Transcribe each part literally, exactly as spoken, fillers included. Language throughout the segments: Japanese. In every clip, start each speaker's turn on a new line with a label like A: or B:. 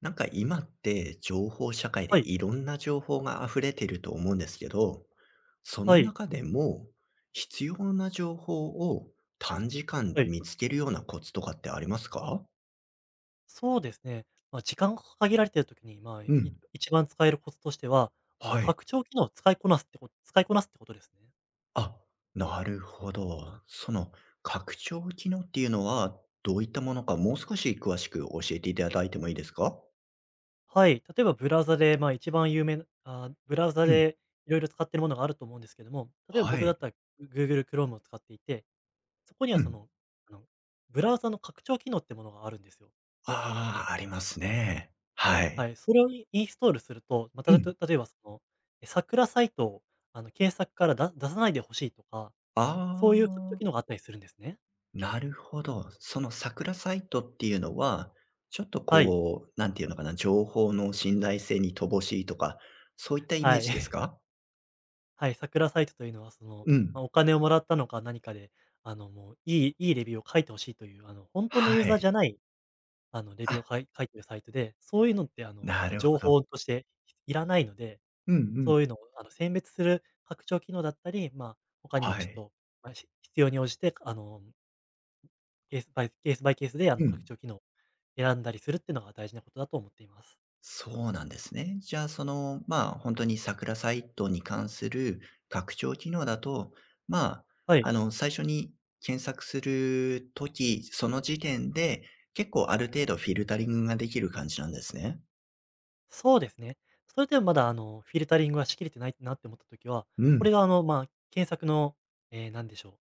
A: なんか今って情報社会で
B: はい、
A: いろんな情報が溢れてると思うんですけど、その
B: はい、
A: 中でも必要な情報を短時間
B: はい。
A: 見つけるようなコツとかってありますか？
B: そうですね。まあ、時間が限られているときに、まあ、
A: う
B: い
A: ん。
B: 一番使えるコツとしては、あの、
A: はい。
B: 拡張機能を使いこなすってこと使いこなすってことですね。
A: あ、なるほど。その拡張機能っていうのはどういったものかもう少し詳しく教えていただいてもいいですか？
B: はい、例えばブラウザで、まあ、一番有名なあーブラウザ
A: うん。
B: でいろいろ使ってるものがあると思うんですけども、例えば
A: は
B: 僕だ
A: い。
B: ったら Google Chrome を使っていて、そこには
A: う
B: そ
A: ん。
B: の、あの、ブラウザの拡張機能ってものがあるんですよ。
A: ああ、ありますね。はい。
B: はい、それをインインストールすると、まあ、
A: う
B: た
A: ん。
B: と例えばその、え、桜サイトを、あの、検索からだ出さないでほしいとか
A: あ
B: そういう拡張機能
A: あ。
B: があったりするんですね。
A: なるほど。その桜サイトっていうのは、ちょっと
B: はい。
A: こう、なんていうのかな、情報の信頼性に乏しいとか、そういったイメ
B: は
A: ー
B: い。
A: ジです か？
B: はい、桜サイトというのは、その、
A: うん。
B: まあ、お金をもらったのか何かで、あの、もう、いいいいレビューを書いてほしいという、あの、本当のユー
A: は
B: ザーじ
A: い。
B: ゃない、あの、レビュー
A: あ、
B: をかい書いてるサイトで、そういうのって、あの、
A: な
B: まあ、
A: るほ
B: 情
A: ど。
B: 報としていらないので、
A: うんうん。
B: そういうのを、あの、選別する拡張機能だったり、まあ、他にも
A: は
B: ちょっ
A: い。
B: と、まあ、ひ必要に応じて、あの、ケースバイケースバイケースで、あ
A: う
B: の、拡
A: ん。
B: 張機能を選んだりするっていうのが大事なことだと思っています。
A: そうなんですね。じゃあ、その、まあ、本当に桜サイトに関する拡張機能だと、ま
B: は
A: あ、
B: い。
A: あの、最初に検索するときその時点で、結構ある程度フィルタリングができる感じなんですね。
B: そうですね。それでもまだあの、フィルタリングがしきれてないなって思ったときは、
A: う
B: こ
A: ん。
B: れがあの、まあ、検索の、えーなんでしょう、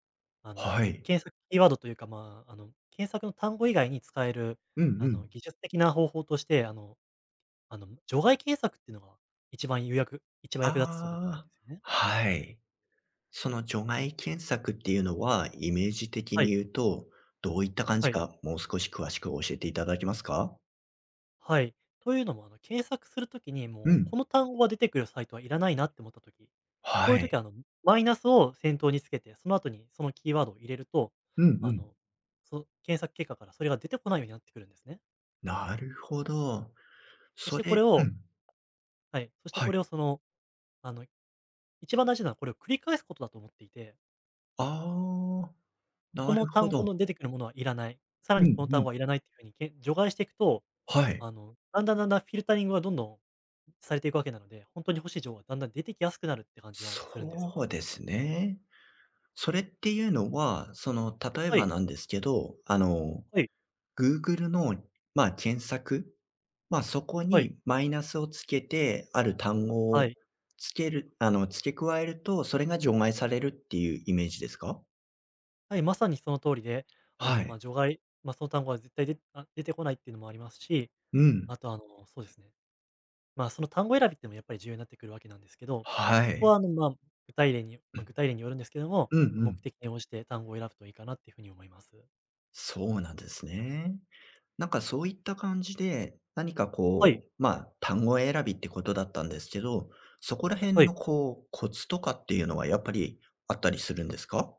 B: あの、
A: は
B: て
A: い。
B: 検索キーワードというか、まあ、あの、検索の単語以外に使える、
A: うんう
B: あの、
A: ん。
B: 技術的な方法として、あのあの、除外検索っていうのが一番有役一番役立つと思ってるん
A: ああ、
B: ですよね。
A: はい。その除外検索っていうのは、イメージ的
B: は
A: に
B: い、
A: 言うと、どういった感
B: は
A: じ
B: い。
A: か、もう少し詳しく教えていただけますか？
B: はい。というのも、あの、検索するときに、
A: う
B: もう、
A: ん。
B: この単語が出てくるサイトはいらないなって思ったとき、こ
A: は
B: ういうとき
A: い。
B: は、あの、マイナスを先頭につけて、その後にそのキーワードを入れると、
A: うんう
B: あ
A: ん。
B: の、そ検索結果からそれが出てこないようになってくるんですね。
A: なるほど。
B: そし
A: そ
B: てこ
A: れ。
B: れ
A: う
B: を
A: ん。
B: はい、そして
A: はい。
B: これを、その、あの、一番大事なのはこれを繰り返すことだと思っていて、
A: ああ、
B: こ
A: な
B: の
A: るほ
B: 単語
A: ど。
B: の出てくるものはいらない、さら
A: うん
B: にこの
A: う
B: 単
A: ん。
B: 語はいらないっていうふうにけ除外していくと、
A: はい。
B: あの、だんだんだんだんフィルタリングがどんどんされていくわけなので、本当に欲しい情報がだんだん出てきやすくなるって感じがするんですよ。
A: そうですね。それっていうのは、その、例え
B: は
A: ば
B: い、
A: なんですけど、あの
B: はい、
A: Google の、まあ、検索、まあ、そこ
B: はい、
A: にマイナスをつけて、ある単語
B: は
A: を
B: い。
A: つけるあの、付け加えると、それが除外されるっていうイメージですか？
B: はい、まさにその通りで、あ
A: は
B: の、ま、
A: い。
B: あ除外、ま、あその単語は絶対であ、出てこないっていうのもありますし、
A: うん。
B: あと、あの、そうですね、ま、あその単語選びっていうのもやっぱり重要になってくるわけなんですけど、
A: は
B: そこ
A: い。
B: は、あの、まあ、具体例に
A: う
B: まあ、
A: ん。
B: 具体例によるんですけども、
A: うんう
B: 目
A: ん。
B: 的に応じて単語を選ぶといいかなっていうふうに思います。
A: そうなんですね。なんかそういった感じで、何か
B: は
A: こ
B: い、
A: う、まあ、単語選びってことだったんですけど、そこら
B: は
A: 辺の
B: い。
A: こう、コツとかっていうのはやっぱりあったりするんですか？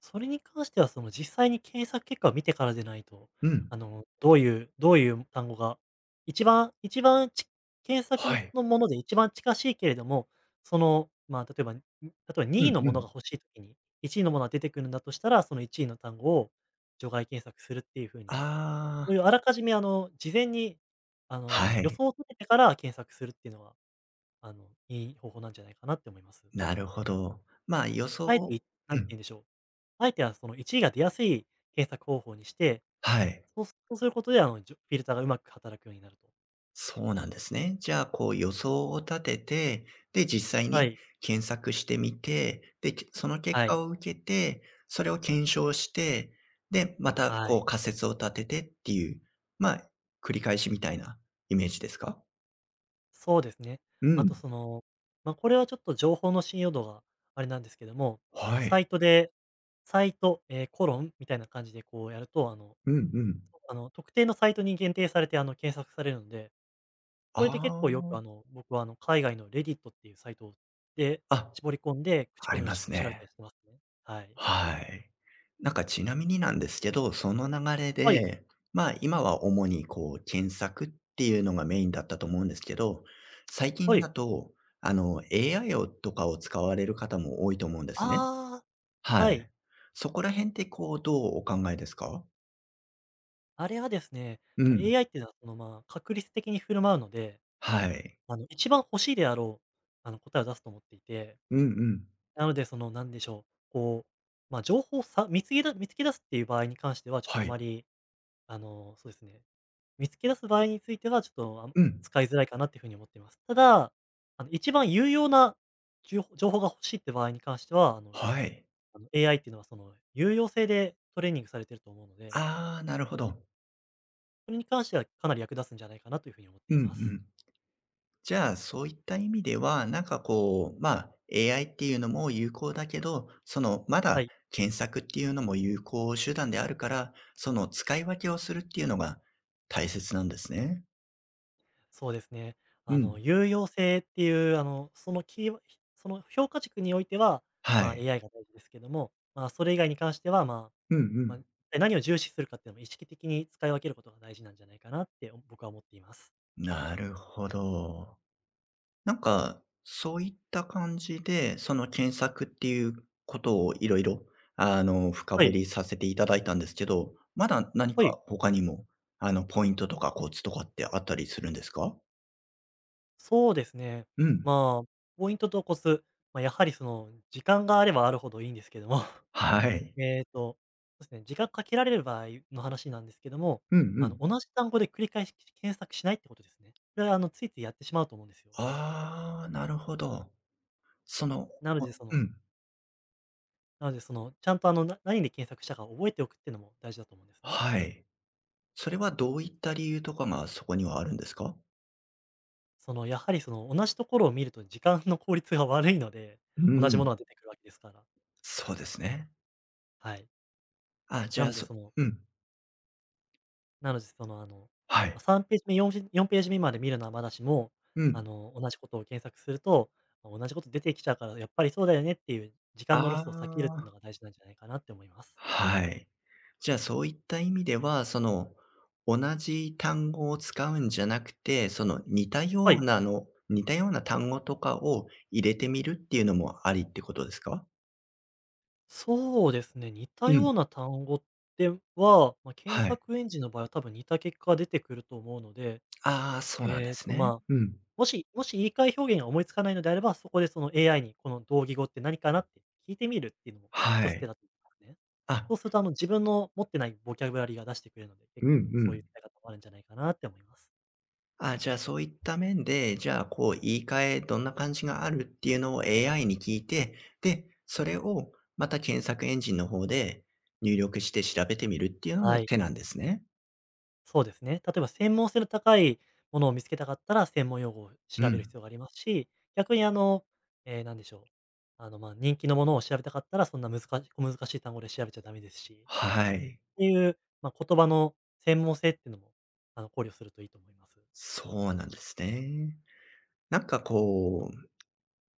B: それに関しては、その実際に検索結果を見てからでないと、
A: うん。
B: あの、どういうどういう単語が、一番一番ち検
A: は
B: 索
A: い。
B: のもので一番近しいけれども、その、まあ、例えば、に例えば
A: う
B: にい
A: ん
B: の
A: う
B: もの
A: ん。
B: が欲しいときに、いちいのものが出てくるんだとしたら、そのいちいの単語を除外検索するっていう風に、
A: あ
B: そうい
A: あ。
B: うあらかじめ、あの、事前に、あの、
A: は
B: 予
A: い、
B: 想を立ててから検索するっていうのは、あの、いい方法なんじゃないかなって思います。
A: なるほど。まあ、予想
B: あえて、
A: を。
B: いな
A: う
B: んて
A: ん、
B: 言うんでしょう、あえて、はそのいちいが出やすい検索方法にして、
A: はい、
B: そうすそうすることで、あの、じょフィルターがうまく働くようになると。
A: そうなんですね。じゃあ、こう予想を立てて、で、実際
B: は
A: に
B: い。
A: 検索してみて、で、けその結
B: は
A: 果
B: い。
A: を受けて、それを検証して、で、また
B: は
A: こう
B: い。
A: 仮説を立ててっていう、まあ、繰り返しみたいなイメージですか？
B: そうですね。
A: う
B: あと
A: ん、
B: その、ま、これはちょっと情報の信用度があれなんですけども、ま、
A: は
B: サ
A: い。
B: イトでサイト、ええ、コロンみたいな感じでこうやると、あの、
A: うんうん。
B: あの、特定のサイトに限定されて、あの、検索されるので、
A: あ
B: これで結構よく、
A: あ、
B: あの、僕は、あの、海外の Reddit っていうサイトで
A: あ、
B: 絞り込んで口
A: あ
B: コ
A: り
B: ミを
A: ま
B: し
A: す
B: 調べた
A: ね。
B: りしてますね。はい。
A: はい。なんかちなみになんですけど、その流れ
B: はい。
A: で、まあ、今は主にこう検索っていうのがメインだったと思うんですけど、最
B: は
A: 近だ
B: い。
A: と、あの、エーアイ をとかを使われる方も多いと思うんですね。
B: ああ、
A: は
B: は
A: い。
B: い。
A: そこら辺ってこう、どうお考えですか？
B: あれはですね、
A: う
B: ま、
A: ん。
B: エーアイ っていうのは、その、まあ、確率的に振る舞うので、
A: はい。
B: あの、一番欲しいであろう、あの、答えを出すと思っていて、
A: うんうん。
B: なので、その、なんでしょう、こう、ま、情報をさ見つけだ見つけ出すっていう場合に関しては、ちょっと
A: は
B: あ
A: い。
B: まり、あの、そうですね、見つけ出す場合については、ちょっと、あん
A: うん。
B: 使いづらいかなっていう風に思っています。ただ、あの、一番有用なじゅうほ情報が欲しいって場合に関しては、あの
A: はい。
B: あの、エーアイ っていうのは、その、有用性でトレーニングされてると思うので
A: ああ、なるほど。
B: それに関してはかなり役立つんじゃないかなというふうに思っ
A: う
B: て
A: ん
B: い
A: う
B: ます。
A: ん。じゃあ、そういった意味では、なんかこう、まあ、エーアイ っていうのも有効だけど、その、ま
B: は
A: だ
B: い、
A: 検索っていうのも有効手段であるから、その使い分けをするっていうのが大切なんですね。
B: そうですね。
A: う
B: あ
A: ん。
B: の、有用性っていう、あの、そのキーワその評価軸においては、
A: は
B: まあ、
A: い。
B: エーアイ が大事ですけども、まあ、それ以外に関しては、まあ、
A: うんう
B: まあ、
A: ん。
B: 一体何を重視するかっていうのも意識的に使い分けることが大事なんじゃないかなってお僕は思っています。
A: なるほど。なんか、そういった感じで、その検索っていうことをいろいろ、あの、深
B: は
A: 掘
B: い、
A: りさせていただいたんですけど、まだ何
B: はい、
A: か他にも、あの、ポイントとかコツとかってあったりするんですか？
B: そうですね。
A: うん。
B: まあ、ポイントとコツ、まあ、やはりその、時間があればあるほどいいんですけども、
A: はい。
B: えっと、そうですね、時間かけられる場合の話なんですけども、
A: うんう
B: あの、
A: ん。
B: 同じ単語で繰り返し検索しないってことですね。これは、あの、ついついやってしまうと思うんですよ。
A: ああ、なるほど。その、
B: なので、
A: お
B: そ
A: う
B: の
A: ん。
B: なので、その、ちゃんと、あの、な何で検索したか覚えておくっていうのも大事だと思うんですね。
A: はい。それはどういった理由とかがそこにはあるんですか？
B: その、やはり、その、同じところを見ると時間の効率が悪いので、
A: うん
B: 同
A: う
B: じものが
A: ん。
B: 出てくるわけですから。
A: そうですね。
B: はい。
A: あ、じ
B: な
A: ゃ
B: の
A: あ、
B: で、
A: そ
B: その
A: うん。
B: なので、その、あの、
A: は
B: ま、
A: い。
B: さんページ目、4ページよんページ目まで見るのはまだしも、
A: う
B: あ
A: ん。
B: の、同じことを検索すると、ま、同じこと出てきちゃうから、やっぱりそうだよねっていう時
A: あ
B: 間のロスを避けるっていう
A: あ、
B: のが大事なんじゃないかなって思います。
A: はい。じゃあ、そういった意味では、その、同じ単語を使うんじゃなくて、その、似た
B: は
A: よ
B: い。
A: うなの似たような単語とかを入れてみるっていうのもありってことですか？
B: そうですね、似た
A: うん。
B: ような単語では、まあ、検
A: はい。
B: 索エンジンの場合は多分似た結果が出てくると思うので、
A: ああ、そうなんで
B: えっ
A: す
B: と、
A: ね。
B: まあ
A: うん。
B: もしもし言い換え表現が思いつかないのであれば、そこでその エーアイ にこの同義語って何かなって聞いてみるっていうのも
A: は
B: 一つ手
A: い。
B: だと思いますね。
A: あ。
B: そうするとあの自分の持ってないボキャブラリーが出してくれるので、結
A: うんう
B: 構そうい
A: ん。
B: う使い方もあるんじゃないかなって思います。
A: あ、じゃあ、そういった面で、じゃあ、こう、言い換え、どんな感じがあるっていうのを エーアイ に聞いて、で、それをまた検索エンジンの方で入力して調べてみるっていうの
B: は
A: も
B: い。
A: 手なんですね。
B: そうですね。例えば専門性の高いものを見つけたかったら、専門用語を
A: う
B: 調べる
A: ん。
B: 必要がありますし、逆にあの、えーなんでしょう、あの、まあ、人気のものを調べたかったら、そんな難し小難しい単語で調べちゃダメですし。っ
A: はい。
B: ていう、まあ、言葉の専門性っていうのも、あの、考慮するといいと思います。
A: そうなんですね。なんかこう、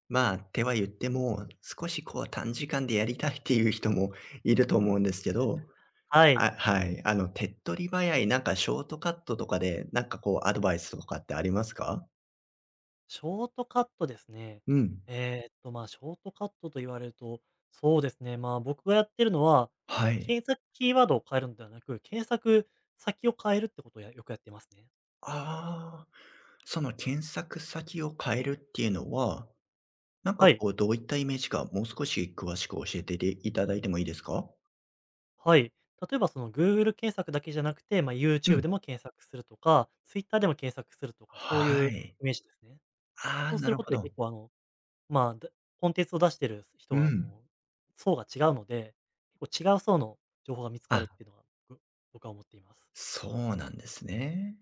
A: まあ、手は言っても、少しこう短時間でやりたいっていう人もいると思うんですけど、
B: はい。
A: あ、はい。あの、手っ取り早い、なんかショートカットとかで、なんかこうアドバイスとかってありますか？
B: ショートカットですね。
A: うん。
B: えーっと、まあ、ショートカットと言われると、そうですね、まあ、僕がやってるのは、あ
A: は
B: の、
A: い。
B: 検索キーワードを変えるのではなく、検索先を変えるってことをやよくやってますね。
A: ああ、その検索先を変えるっていうのは、なん
B: は
A: か
B: い。
A: こうどういったイメージか、もう少し詳しく教えてでいただいてもいいですか？
B: はい。例えばその Google 検索だけじゃなくて、まあ、
A: う
B: YouTube
A: ん。
B: でも検索するとか、Twitter でも検索するとか、そうい
A: は
B: う
A: い。
B: イメージですね。
A: ああ、
B: そうす
A: な
B: る
A: る
B: こと
A: ほ
B: で
A: ど。
B: 結構あのまあ、だコンテンツを出してる人
A: う
B: は
A: ん。
B: もう、層が違うので、結構違う層の情報が見つかるっ
A: あ、
B: ていうのが僕僕は思っています。
A: そうなんですね。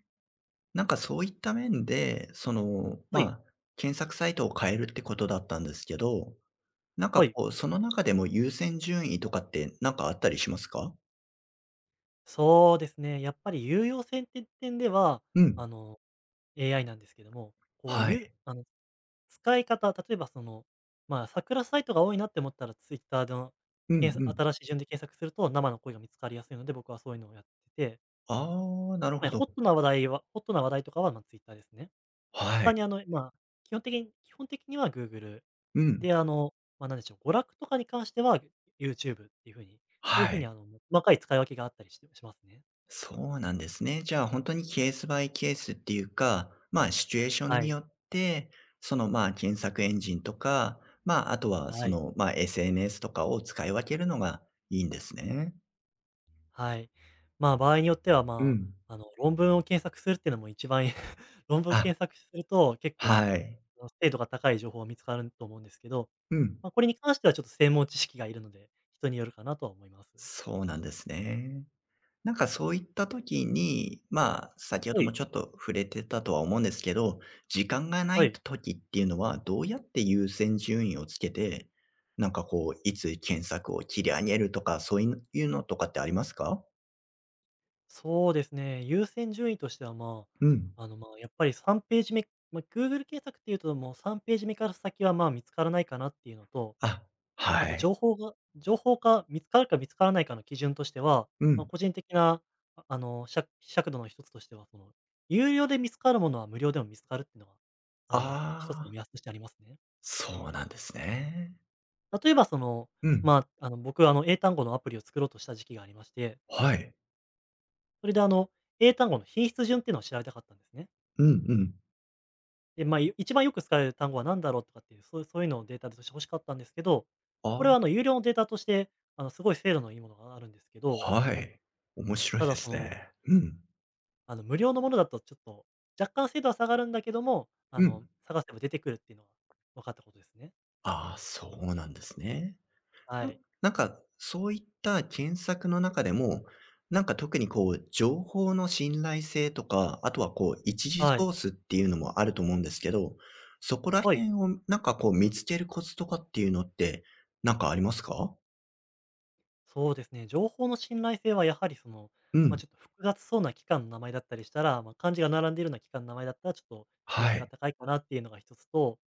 A: なんかそういった面で、その、
B: は
A: ま
B: い、
A: あ、検索サイトを変えるってことだったんですけど、なん
B: は
A: か
B: い。
A: こう、その中でも優先順位とかってなんかあったりしますか？
B: そうですね、やっぱり有用性って点では、
A: う
B: あ
A: ん。
B: の、エーアイ なんですけども、こう
A: は
B: いう
A: い。
B: あの、使い方、例えばその、まあ、桜サイトが多いなって思ったら Twitter の、
A: うんうん。
B: 新しい順で検索すると生の声が見つかりやすいので、僕はそういうのをやってて、
A: ああ、なる
B: つ
A: ほ
B: まり
A: ど。
B: ホットな話題はホットな話題とかは、まあ、Twitter ですね。
A: は
B: 他
A: い。
B: にあの、まあ、基本的に基本的には Google
A: うん。
B: で、あの、まあ、なんでしょう、娯楽とかに関しては YouTube っていう風に、そういう
A: は
B: 風に
A: い。
B: あの、細かい使い分けがあったりしてしますね。
A: そうなんですね。じゃあ、本当にケースバイケースっていうか、まあ、シチュエーション
B: は
A: によ
B: い、
A: って、その、まあ、検索エンジンとか、まあ、あとは
B: は
A: そ
B: い、
A: の、まあ、エスエヌエス とかを使い分けるのがいいんですね。
B: はい。まあ、場合によっては、
A: う
B: ま
A: ん。
B: あ、あの、論文を検索するっていうのも一番いい 論文を
A: あ、
B: 検索すると結構、す
A: はい。
B: あの、精度が高い情報が見つかると思うんですけど、
A: うん。
B: まあ、これに関してはちょっと専門知識がいるので、人によるかなとは思います。
A: そうなんですね。なんかそういった時に、まあ、先ほ
B: は
A: ども
B: い、
A: ちょっと触れてたとは思うんですけど、時間がな
B: は
A: い
B: い。
A: 時っていうのはどうやって優先順位をつけて、なんかこう、いつ検索を切り上げるとか、そういういうのとかってありますか？
B: そうですね、優先順位としては、ま
A: うん。
B: あ、あの、まあ、やっぱりさんページ目、まあ、Google 検索っていうと、もうさんページ目から先は、まあ、見つからないかなっていうのと、
A: あ、
B: あ
A: は
B: と
A: い。
B: 情報が情報か見つかるか見つからないかの基準としては、
A: う
B: まあ、
A: ん。
B: 個人的な、ああの、しゃ尺度の一つとしては、その、有料で見つかるものは無料でも見つかるっていうのは、あの、一つの
A: ああ、
B: 目安としてありますね。
A: そうなんですね。
B: 例えば、その、
A: うん。
B: まあ、あの、僕、あの、英単語のアプリを作ろうとした時期がありまして、
A: はい。
B: それで、あの、英単語の品質順っていうのを調べたかったんですね。
A: うんうん。
B: で、まあ、い一番よく使われる単語は何だろうとかっていう、そういうそういうのをデータとして欲しかったんですけど、こ
A: あ
B: れはあの有料のデータとして、あのすごい精度のいいものがあるんですけど、
A: はい。面白い
B: ただ
A: で
B: そ
A: す
B: の、
A: ね。うん。
B: あの無料のものだとちょっと若干精度は下がるんだけども、あ
A: う
B: の
A: ん。
B: 探せば出てくるっていうのが分かったことですね。
A: ああ、そうなんですね。
B: は
A: な
B: い。
A: なんか、そういった検索の中でも、なんか特にこう、情報の信頼性とか、あとはこう、一時
B: は
A: ソ
B: い。
A: ースっていうのもあると思うんですけど、そこら
B: はい。
A: 辺をなんかこう、見つけるコツとかっていうのって、なんかありますか？
B: そうですね、情報の信頼性はやはりその、
A: う
B: まあ、
A: ん、
B: ちょっと複雑そうな機関の名前だったりしたら、まあ、漢字が並んでいるような機関の名前だったらちょっと信用
A: は
B: 性が
A: い、
B: 高いかなっていうのが一つと、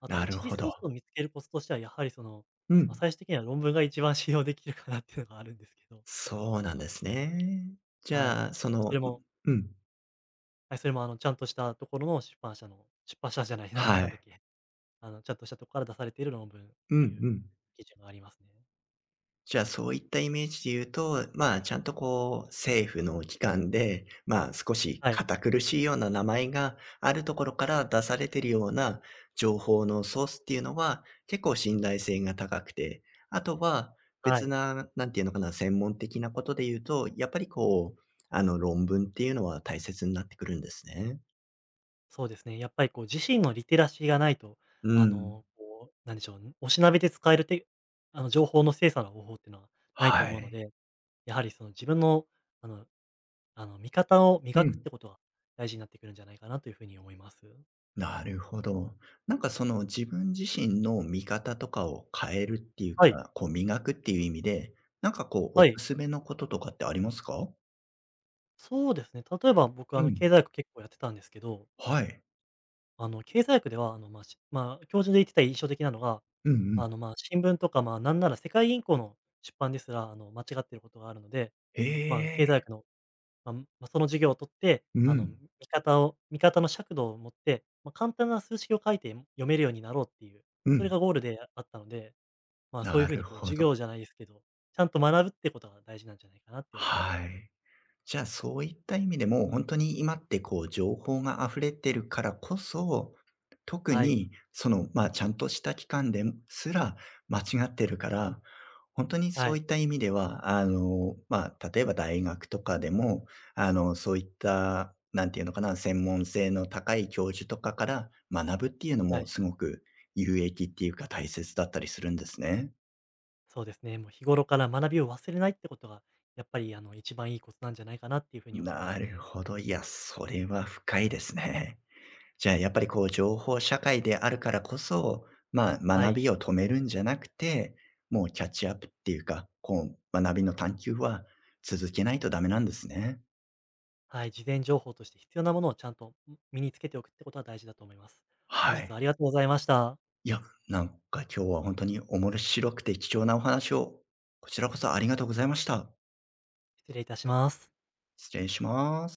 B: あと
A: な
B: 一
A: る
B: 次
A: ほど。
B: ソースを見つけるコツとしては、やはりその、
A: う
B: ま、
A: ん、
B: 最終的には論文が一番信用できるかなっていうのがあるんですけど、
A: そうなんですね。じ
B: はい。
A: ゃあ、そ
B: ま、そ
A: の
B: れ
A: う
B: も
A: うん、
B: はい、それもあの、ちゃんとしたところの出版社の出版社じゃない、なん
A: は
B: なんだっ
A: い。
B: け、あの、ちゃんとしたとこから出されている論文っ
A: うん
B: て
A: う
B: いう
A: ん。
B: 基準がありますね。
A: じゃあ、そういったイメージで言うと、まあ、ちゃんとこう、政府の機関で、まあ、少し
B: はい、
A: 堅苦しいような名前があるところから出されてるような情報のソースっていうのは、結構信頼性が高くて、あとは
B: は
A: 別
B: い。
A: な、なんていうのかな、専門的なことで言うと、やっぱりこう、あの、論文っていうのは大切になってくるんですね。
B: そうですね。やっぱりこう自身のリテラシーがないと、
A: う
B: あ
A: ん。
B: の、こう、なんでしょう、ん、おしなべて使えるてあの、情報の精査の方法っていうのはないと
A: は
B: 思うの
A: い。
B: で、やはりその自分の、あの、あの、見方を
A: う
B: 磨くっ
A: ん。
B: てことは大事になってくるんじゃないかなというふうに思います。
A: なるほど。なんかその自分自身の見方とかを変えるっていう
B: はい、
A: か、こう磨くっていう意味で、なんかこうお
B: はい。
A: すすめのこととかってありますか？
B: そうですね、例えば僕、
A: う
B: あの、
A: ん。
B: 経済学結構やってたんですけど、
A: はい。
B: あの、経済学では、あの、まあ、しまあ、教授で言ってた印象的なのが、
A: うんうん。
B: あの、まあ、新聞とか、まあ、なんなら世界銀行の出版ですら、あの、間違ってることがあるので、まあ、
A: へ
B: 経済
A: え。
B: 学の、まあ、ま、その授業を取って、
A: う
B: あの、
A: ん。
B: 見方を見方の尺度を持って、まあ、簡単な数式を書いて読めるようになろうっていう、
A: う
B: それ
A: ん。
B: がゴールであったので、まあ、そうい
A: な
B: う風
A: る
B: にこう
A: ほ
B: 授
A: ど。
B: 業じゃないですけど、ちゃんと学ぶってことが大事なんじゃないかなって思います
A: は
B: ね。
A: い。じゃあ、そういった意味でも、本当に今ってこう情報が溢れてるからこそ、特
B: はい。
A: にその、まあ、ちゃんとした期間ですら間違ってるから、本当に
B: は
A: そういっ
B: い。
A: た意味では、あの、まあ、例えば大学とかでも、あの、そういった、なんていうのかな、専門性の高い教授とかから学ぶっていうの
B: は
A: も
B: い。
A: すごく有益っていうか大切だったりするんですね。
B: そうですね。もう日頃から学びを忘れないってことが、やっぱりあの一番いいコツなんじゃないかなっていう風に思いま
A: な
B: す
A: る
B: ね。
A: ほど。いや、それは深いですね。じゃあ、やっぱりこう情報社会であるからこそ、まあ、
B: は
A: 学
B: い。
A: びを止めるんじゃなくて、もうキャッチアップっていうか、こう学びの探求は続けないとダメなんですね。
B: はい、事前情報として必要なものをちゃんと、身につけておくってことは大事だと思います。本
A: は
B: 日は
A: い。
B: ありがとうございました。
A: いや、なんか今日は本当に面白くて貴重なお話を、こちらこそありがとうございました。
B: 失礼いたします。
A: 失礼します。